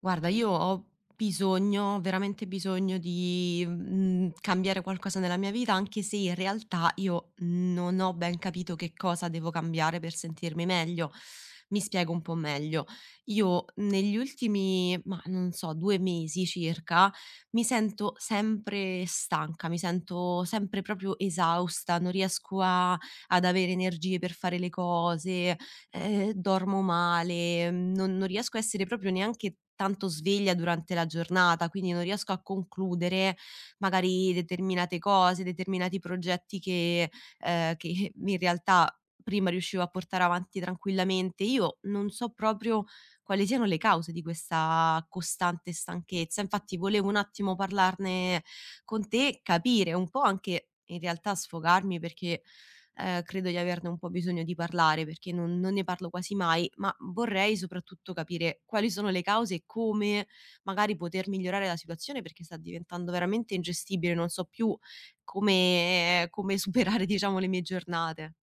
Guarda, io ho bisogno, veramente bisogno di cambiare qualcosa nella mia vita, anche se in realtà io non ho ben capito che cosa devo cambiare per sentirmi meglio. Mi spiego un po' meglio: io negli ultimi, mah, non so, 2 mesi circa, mi sento sempre stanca, mi sento sempre proprio esausta, non riesco a ad avere energie per fare le cose, dormo male, non riesco a essere proprio neanche tanto sveglia durante la giornata, quindi non riesco a concludere magari determinate cose, determinati progetti che in realtà prima riuscivo a portare avanti tranquillamente. Io non so proprio quali siano le cause di questa costante stanchezza, infatti volevo un attimo parlarne con te, capire un po' anche in realtà sfogarmi perché credo di averne un po' bisogno di parlare perché non ne parlo quasi mai, ma vorrei soprattutto capire quali sono le cause e come magari poter migliorare la situazione perché sta diventando veramente ingestibile, non so più come superare diciamo le mie giornate.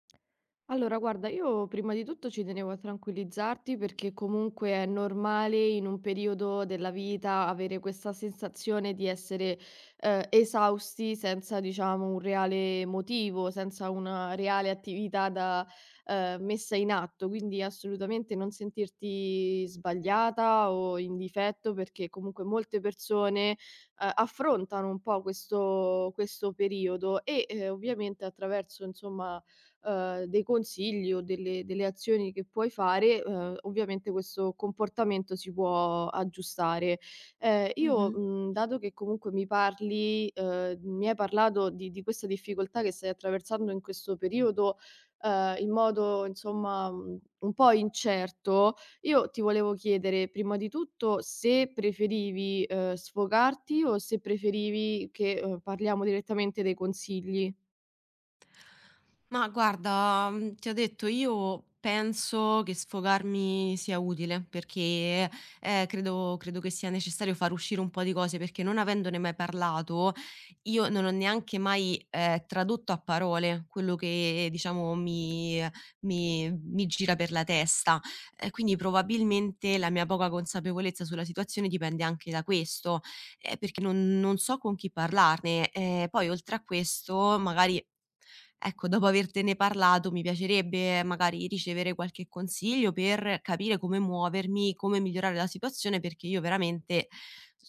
Allora, guarda, io prima di tutto ci tenevo a tranquillizzarti perché comunque è normale in un periodo della vita avere questa sensazione di essere esausti senza, diciamo, un reale motivo, senza una reale attività da, messa in atto. Quindi assolutamente non sentirti sbagliata o in difetto perché comunque molte persone affrontano un po' questo periodo e ovviamente attraverso, insomma dei consigli o delle azioni che puoi fare, ovviamente questo comportamento si può aggiustare. Ehm, io, Mh-mh. mhmm, dato che comunque mi parli mi hai parlato di questa difficoltà che stai attraversando in questo periodo, in modo insomma, un po' incerto, io ti volevo chiedere prima di tutto se preferivi, sfogarti o se preferivi che, parliamo direttamente dei consigli. Ma guarda, ti ho detto, io penso che sfogarmi sia utile, perché, credo che sia necessario far uscire un po' di cose, perché non avendone mai parlato, io non ho neanche mai, tradotto a parole quello che diciamo mi gira per la testa. E quindi probabilmente la mia poca consapevolezza sulla situazione dipende anche da questo, perché non so con chi parlarne. Poi, oltre a questo, magari. Ecco, dopo avertene parlato, mi piacerebbe magari ricevere qualche consiglio per capire come muovermi, come migliorare la situazione, perché io veramente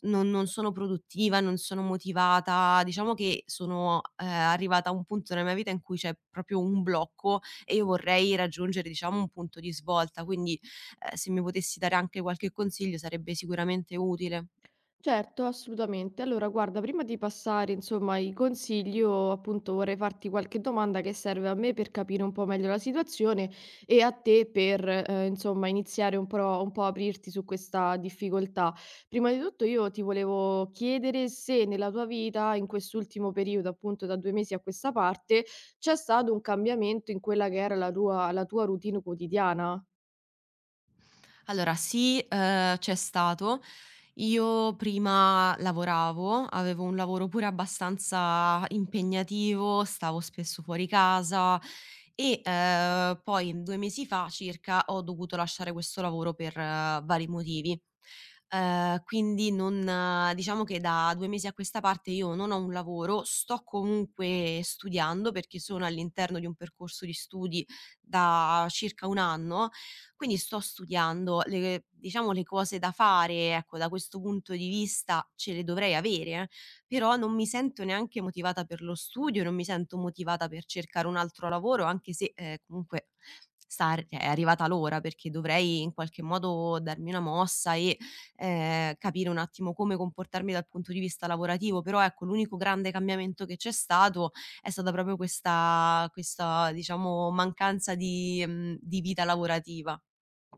non, non sono produttiva, non sono motivata. Diciamo che sono arrivata a un punto nella mia vita in cui c'è proprio un blocco e io vorrei raggiungere, diciamo, un punto di svolta. Quindi, se mi potessi dare anche qualche consiglio, sarebbe sicuramente utile. Certo, assolutamente. Allora, guarda, prima di passare, insomma, ai consigli, io appunto vorrei farti qualche domanda che serve a me per capire un po' meglio la situazione e a te per, insomma, iniziare un po' a aprirti su questa difficoltà. Prima di tutto, io ti volevo chiedere se nella tua vita, in quest'ultimo periodo, appunto da 2 mesi a questa parte, c'è stato un cambiamento in quella che era la tua routine quotidiana. Allora sì, c'è stato. Io prima lavoravo, avevo un lavoro pure abbastanza impegnativo, stavo spesso fuori casa e, poi 2 mesi fa circa ho dovuto lasciare questo lavoro per vari motivi. Quindi non, diciamo, che da 2 mesi a questa parte io non ho un lavoro, sto comunque studiando perché sono all'interno di un percorso di studi da circa 1 anno, quindi sto studiando le, diciamo, le cose da fare, ecco, da questo punto di vista ce le dovrei avere, però non mi sento neanche motivata per lo studio, non mi sento motivata per cercare un altro lavoro, anche se, comunque sta ar è arrivata l'ora, perché dovrei in qualche modo darmi una mossa e, capire un attimo come comportarmi dal punto di vista lavorativo. Però, ecco, l'unico grande cambiamento che c'è stato è stata proprio questa, diciamo, mancanza di vita lavorativa.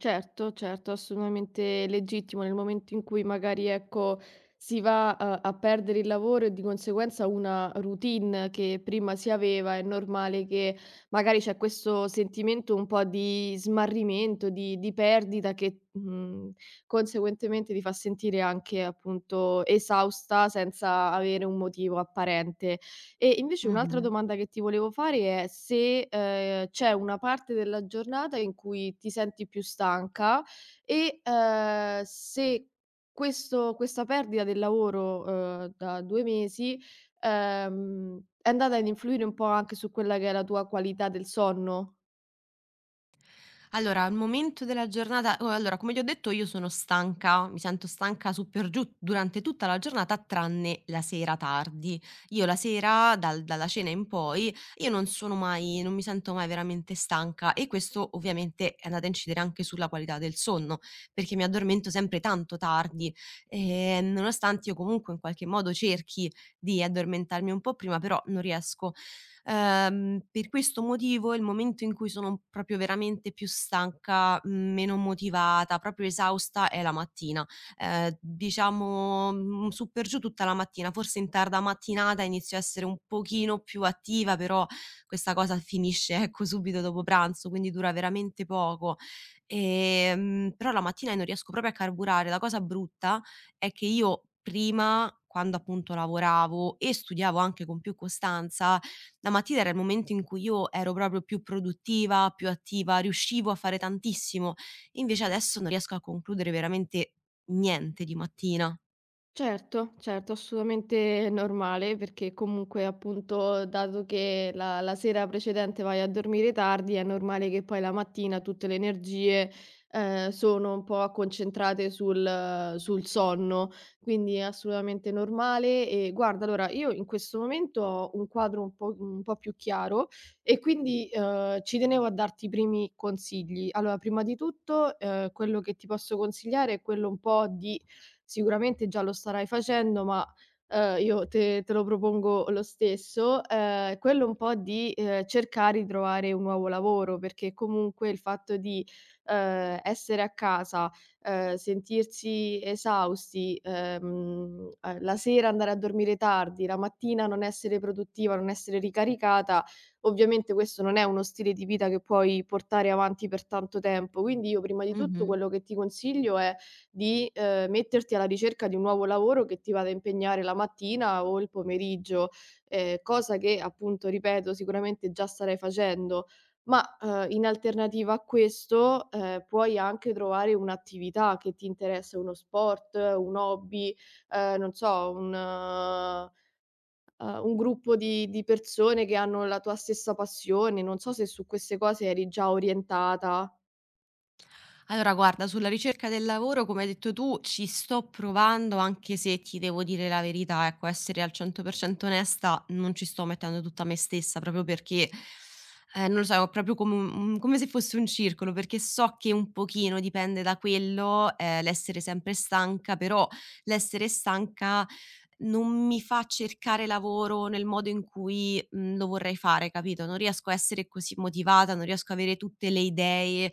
Certo, certo, assolutamente legittimo nel momento in cui magari, ecco, si va a perdere il lavoro e di conseguenza una routine che prima si aveva, è normale che magari c'è questo sentimento un po' di smarrimento, di perdita che, conseguentemente ti fa sentire anche, appunto, esausta senza avere un motivo apparente. E invece un'altra Mh-mh. domanda che ti volevo fare è se, c'è una parte della giornata in cui ti senti più stanca e, se questo questa perdita del lavoro, da 2 mesi, è andata ad influire un po' anche su quella che è la tua qualità del sonno? Allora, al momento della giornata, o allora, come ti ho detto, io sono stanca, mi sento stanca su per giù durante tutta la giornata, tranne la sera tardi. Io la sera, dalla cena in poi, io non mi sento mai veramente stanca, e questo ovviamente è andato a incidere anche sulla qualità del sonno, perché mi addormento sempre tanto tardi, nonostante io comunque in qualche modo cerchi di addormentarmi un po' prima, però non riesco. Per questo motivo il momento in cui sono proprio veramente più stanca, meno motivata, proprio esausta è la mattina. Diciamo, su per giù tutta la mattina, forse in tarda mattinata inizio a essere un pochino più attiva, però questa cosa finisce, ecco, subito dopo pranzo, quindi dura veramente poco. Però la mattina non riesco proprio a carburare. La cosa brutta è che io prima, quando appunto lavoravo e studiavo anche con più costanza, la mattina era il momento in cui io ero proprio più produttiva, più attiva, riuscivo a fare tantissimo, invece adesso non riesco a concludere veramente niente di mattina. Certo, certo, assolutamente normale perché comunque appunto dato che la sera precedente vai a dormire tardi, è normale che poi la mattina tutte le energie, sono un po' concentrate sul sonno, quindi è assolutamente normale. E guarda allora io in questo momento ho un quadro un po' più chiaro e quindi, ci tenevo a darti i primi consigli. Allora prima di tutto, quello che ti posso consigliare è quello un po' di sicuramente già lo starai facendo, ma, io te lo propongo lo stesso, quello un po' di, cercare di trovare un nuovo lavoro, perché comunque il fatto di, essere a casa, sentirsi esausti, la sera andare a dormire tardi, la mattina non essere produttiva, non essere ricaricata, ovviamente questo non è uno stile di vita che puoi portare avanti per tanto tempo. Quindi io prima di tutto Mh-mh. quello che ti consiglio è di, metterti alla ricerca di un nuovo lavoro che ti vada a impegnare la mattina o il pomeriggio, cosa che appunto, ripeto, sicuramente già starai facendo. Ma, in alternativa a questo, puoi anche trovare un'attività che ti interessa, uno sport, un hobby, non so, un gruppo di persone che hanno la tua stessa passione. Non so se su queste cose eri già orientata. Allora guarda, sulla ricerca del lavoro, come hai detto tu, ci sto provando, anche se ti devo dire la verità, ecco, essere al 100% onesta, non ci sto mettendo tutta me stessa, proprio perché, non lo so, è proprio come, come se fosse un circolo, perché so che un pochino dipende da quello, l'essere sempre stanca. Però l'essere stanca non mi fa cercare lavoro nel modo in cui lo vorrei fare, capito? Non riesco a essere così motivata, non riesco a avere tutte le idee.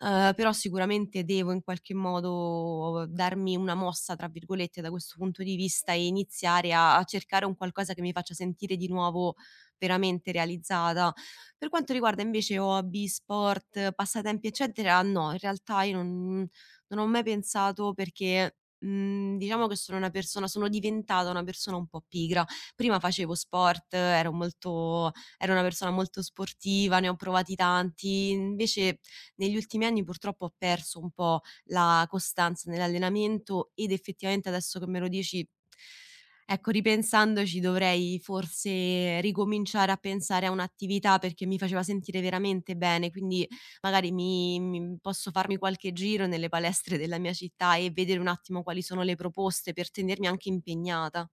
Però sicuramente devo in qualche modo darmi una "mossa" tra virgolette da questo punto di vista e iniziare a cercare un qualcosa che mi faccia sentire di nuovo veramente realizzata. Per quanto riguarda invece hobby, sport, passatempi, eccetera, no, in realtà io non ho mai pensato perché, diciamo che sono diventata una persona un po' pigra. Prima facevo sport, ero una persona molto sportiva, ne ho provati tanti, invece negli ultimi anni purtroppo ho perso un po' la costanza nell'allenamento ed effettivamente adesso che me lo dici, ecco, ripensandoci, dovrei forse ricominciare a pensare a un'attività perché mi faceva sentire veramente bene, quindi magari mi posso farmi qualche giro nelle palestre della mia città e vedere un attimo quali sono le proposte per tenermi anche impegnata.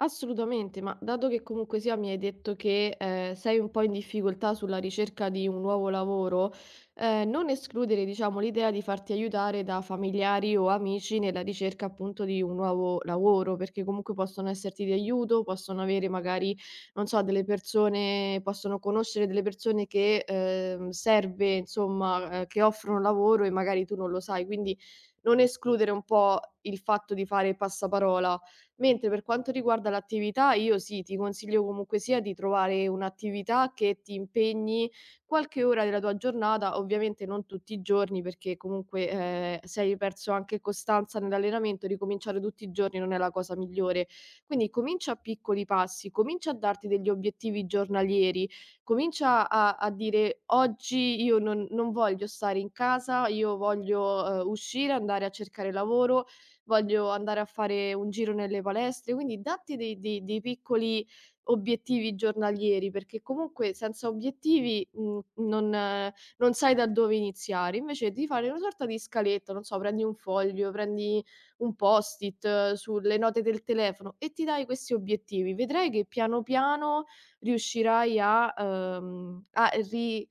Assolutamente, ma dato che comunque sia mi hai detto che, sei un po' in difficoltà sulla ricerca di un nuovo lavoro, non escludere diciamo l'idea di farti aiutare da familiari o amici nella ricerca appunto di un nuovo lavoro, perché comunque possono esserti di aiuto, possono avere magari, non so, delle persone possono conoscere delle persone che, serve insomma, che offrono lavoro e magari tu non lo sai, quindi non escludere un po' il fatto di fare passaparola. Mentre per quanto riguarda l'attività, io sì, ti consiglio comunque sia di trovare un'attività che ti impegni qualche ora della tua giornata, ovviamente non tutti i giorni, perché comunque se hai perso anche costanza nell'allenamento, ricominciare tutti i giorni non è la cosa migliore. Quindi comincia a piccoli passi, comincia a darti degli obiettivi giornalieri, comincia a dire oggi io non voglio stare in casa, io voglio uscire, andare a cercare lavoro, voglio andare a fare un giro nelle palestre, quindi datti dei piccoli obiettivi giornalieri, perché comunque senza obiettivi, non sai da dove iniziare. Invece di fare una sorta di scaletta, non so, prendi un foglio, prendi un post-it sulle note del telefono e ti dai questi obiettivi. Vedrai che piano piano riuscirai a, a ri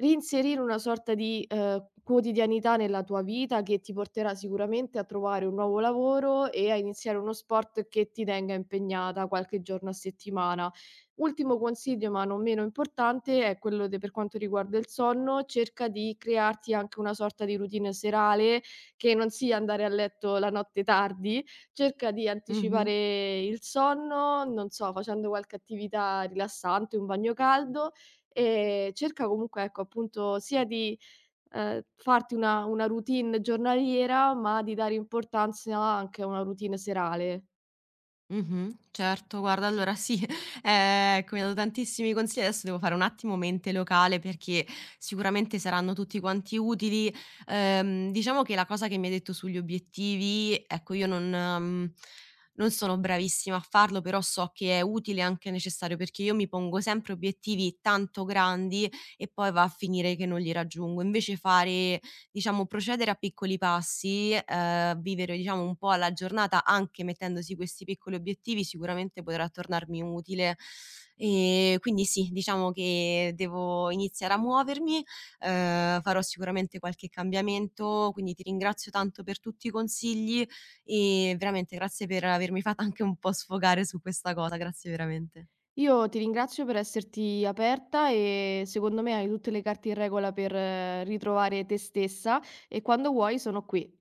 Reinserire una sorta di, quotidianità nella tua vita che ti porterà sicuramente a trovare un nuovo lavoro e a iniziare uno sport che ti tenga impegnata qualche giorno a settimana. Ultimo consiglio, ma non meno importante, è quello de per quanto riguarda il sonno: cerca di crearti anche una sorta di routine serale, che non sia andare a letto la notte tardi. Cerca di Mh-mh. anticipare il sonno, non so, facendo qualche attività rilassante, un bagno caldo. Cerca comunque, ecco, appunto, sia di, farti una routine giornaliera, ma di dare importanza anche a una routine serale. Mh-mh. Certo, guarda, allora sì, ecco, mi hai dato tantissimi consigli, adesso devo fare un attimo mente locale perché sicuramente saranno tutti quanti utili. Diciamo che la cosa che mi hai detto sugli obiettivi, ecco, io non sono bravissima a farlo, però so che è utile e anche necessario, perché io mi pongo sempre obiettivi tanto grandi e poi va a finire che non li raggiungo. Invece fare, diciamo, procedere a piccoli passi, vivere, diciamo, un po' alla giornata anche mettendosi questi piccoli obiettivi, sicuramente potrà tornarmi utile. Quindi sì, diciamo che devo iniziare a muovermi, farò sicuramente qualche cambiamento, quindi ti ringrazio tanto per tutti i consigli e veramente grazie per avermi fatta anche un po' sfogare su questa cosa, grazie veramente. Io ti ringrazio per esserti aperta e secondo me hai tutte le carte in regola per ritrovare te stessa e quando vuoi sono qui.